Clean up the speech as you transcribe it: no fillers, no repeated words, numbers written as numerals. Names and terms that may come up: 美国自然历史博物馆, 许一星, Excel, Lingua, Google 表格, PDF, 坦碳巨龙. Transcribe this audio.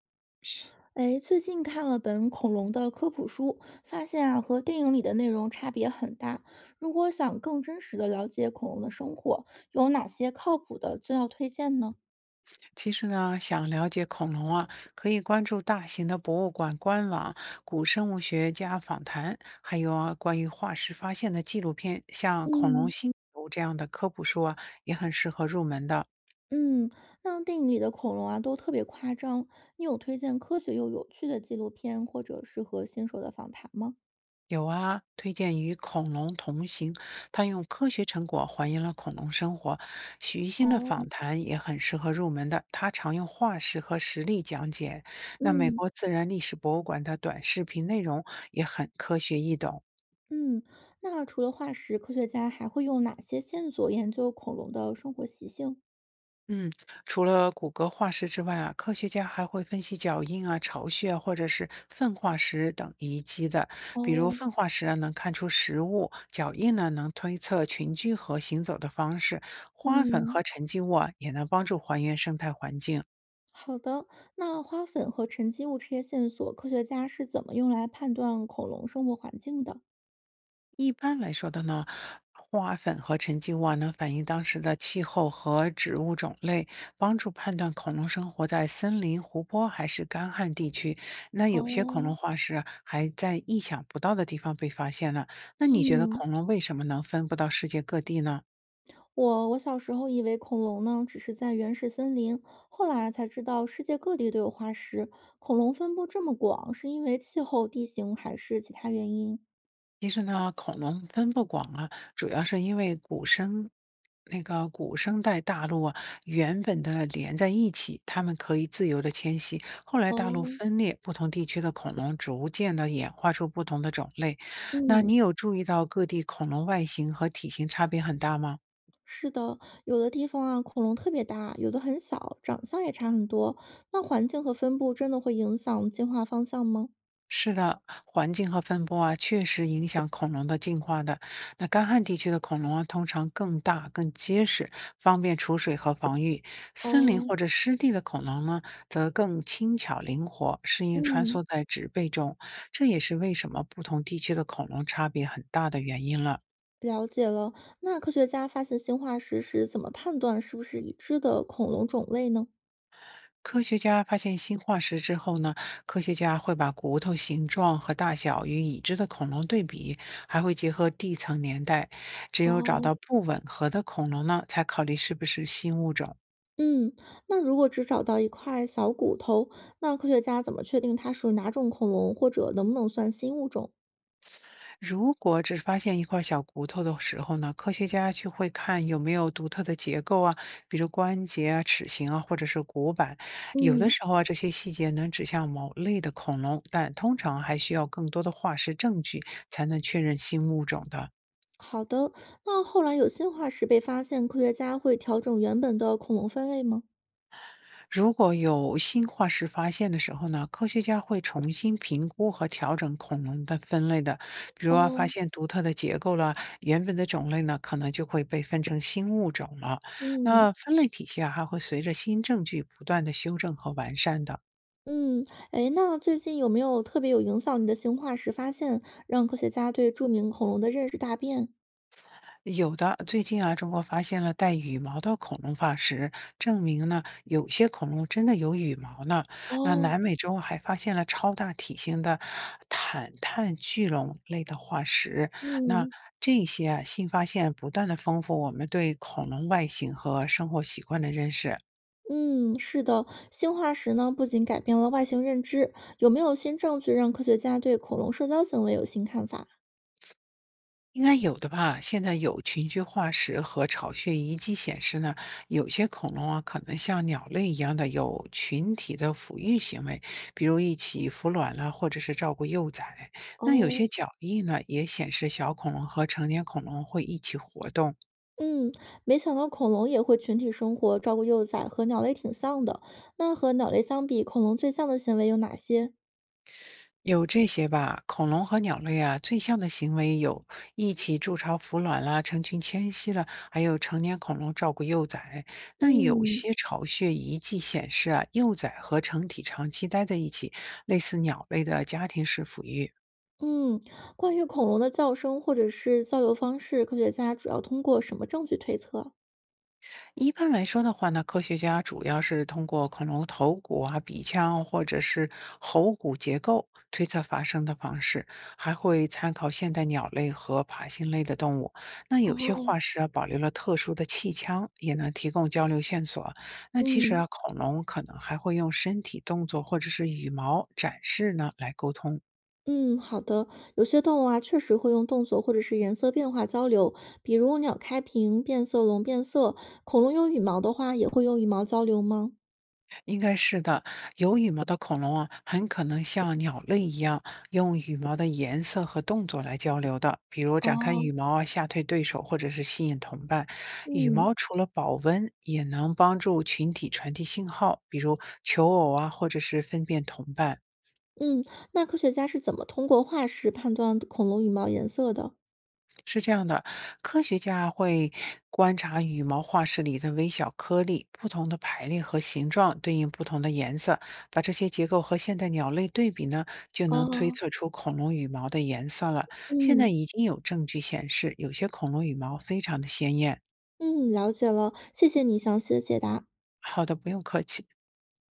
哎，最近看了本恐龙的科普书，发现啊和电影里的内容差别很大。如果想更真实的了解恐龙的生活，有哪些靠谱的资料推荐呢？其实呢，想了解恐龙啊，可以关注大型的博物馆官网、古生物学家访谈，还有啊关于化石发现的纪录片，像《恐龙嗯星球》这样的科普书啊，也很适合入门的。嗯，那电影里的恐龙啊都特别夸张，你有推荐科学又有趣的纪录片或者适合新手的访谈吗？有啊，推荐与恐龙同行，它用科学成果还原了恐龙生活。许一星的访哦，谈也很适合入门的，他常用化石和实例讲解。那美嗯国自然历史博物馆的短视频内容也很科学易懂。嗯，那除了化石，科学家还会用哪些线索研究恐龙的生活习性？嗯，除了骨骼化石之外啊，科学家还会分析脚印啊、巢穴啊或者是粪化石等遗迹的。比如哦，粪化石啊，能看出食物；脚印呢，能推测群居和行走的方式；花粉和嗯。沉积物啊，也能帮助还原生态环境。好的，那花粉和沉积物这些线索，科学家是怎么用来判断恐龙生活环境的？一般来说的呢，花粉和沉积物啊，能反映当时的气候和植物种类，帮助判断恐龙生活在森林、湖泊还是干旱地区。那有些恐龙哦，化石啊还在意想不到的地方被发现了。那你觉得嗯，恐龙为什么能分布到世界各地呢？我小时候以为恐龙呢只是在原始森林，后来才知道世界各地都有化石。恐龙分布这么广，是因为气候、地形还是其他原因？其实呢，恐龙分布广啊，主要是因为古生代大陆啊，原本的连在一起，它们可以自由的迁徙。后来大陆哦，分裂，不同地区的恐龙逐渐的演化出不同的种类。那嗯，你有注意到各地恐龙外形和体型差别很大吗？是的，有的地方啊，恐龙特别大，有的很小，长相也差很多。那环境和分布真的会影响进化方向吗？是的，环境和分布啊，确实影响恐龙的进化的。那干旱地区的恐龙啊，通常更大、更结实，方便储水和防御；森林哦。或者湿地的恐龙呢，则更轻巧灵活，适应穿嗯。梭在植被中。这也是为什么不同地区的恐龙差别很大的原因了。了解了，那科学家发现进化石时怎么判断是不是已知的恐龙种类呢？科学家发现新化石之后呢，科学家会把骨头形状和大小与已知的恐龙对比，还会结合地层年代。只有找哦，到不吻合的恐龙呢，才考虑是不是新物种。嗯，那如果只找到一块小骨头，那科学家怎么确定它属于哪种恐龙，或者能不能算新物种？如果只发现一块小骨头的时候呢，科学家就会看有没有独特的结构啊，比如关节啊、齿形啊，或者是骨板。有的嗯，时候啊，这些细节能指向某类的恐龙，但通常还需要更多的化石证据才能确认新物种的。好的，那后来有新化石被发现，科学家会调整原本的恐龙分类吗？如果有新化石发现的时候呢，科学家会重新评估和调整恐龙的分类的。比如啊，发哦，现独特的结构了，原本的种类呢，可能就会被分成新物种了。那嗯分类体系啊，还会随着新证据不断的修正和完善的。嗯，哎，那最近有没有特别有影响你的新化石发现，让科学家对著名恐龙的认识大变？有的，最近啊，中国发现了带羽毛的恐龙化石，证明呢，有些恐龙真的有羽毛呢。那哦。南美洲还发现了超大体型的坦碳巨龙类的化石。那嗯。这些啊，新发现不断的丰富我们对恐龙外形和生活习惯的认识。嗯，是的，新化石呢不仅改变了外形认知，有没有新证据让科学家对恐龙社交行为有新看法？应该有的吧？现在有群居化石和巢穴遗迹显示呢，有些恐龙啊，可能像鸟类一样的有群体的抚育行为，比如一起孵卵了，或者是照顾幼崽。那有哦，些脚印呢，也显示小恐龙和成年恐龙会一起活动。嗯，没想到恐龙也会群体生活，照顾幼崽，和鸟类挺像的。那和鸟类相比，恐龙最像的行为有哪些？有这些吧，恐龙和鸟类啊，最像的行为有一起筑巢孵卵啦，成群迁徙了，还有成年恐龙照顾幼崽。那有嗯，些巢穴遗迹显示啊，幼崽和成体长期待在一起，类似鸟类的家庭式抚育。嗯，关于恐龙的叫声或者是交流方式，科学家主要通过什么证据推测？一般来说的话呢，科学家主要是通过恐龙头骨啊、鼻腔或者是喉骨结构推测发声的方式，还会参考现代鸟类和爬行类的动物。那有些哦。化石啊保留了特殊的气腔，也能提供交流线索。那其实嗯。啊，恐龙可能还会用身体动作或者是羽毛展示呢来沟通。嗯，好的。有些动物啊，确实会用动作或者是颜色变化交流，比如鸟开屏变色龙变色，恐龙有羽毛的话，也会用羽毛交流吗？应该是的，有羽毛的恐龙啊，很可能像鸟类一样，用羽毛的颜色和动作来交流的，比如展开羽哦，毛啊，吓退对手，或者是吸引同伴。羽嗯，毛除了保温，也能帮助群体传递信号，比如求偶啊，或者是分辨同伴。嗯，那科学家是怎么通过化石判断恐龙羽毛颜色的？是这样的，科学家会观察羽毛化石里的微小颗粒，不同的排列和形状对应不同的颜色，把这些结构和现代鸟类对比呢，就能推哦，测出恐龙羽毛的颜色了。现在嗯已经有证据显示，有些恐龙羽毛非常的鲜艳。嗯，了解了，谢谢你详细的解答。好的，不用客气。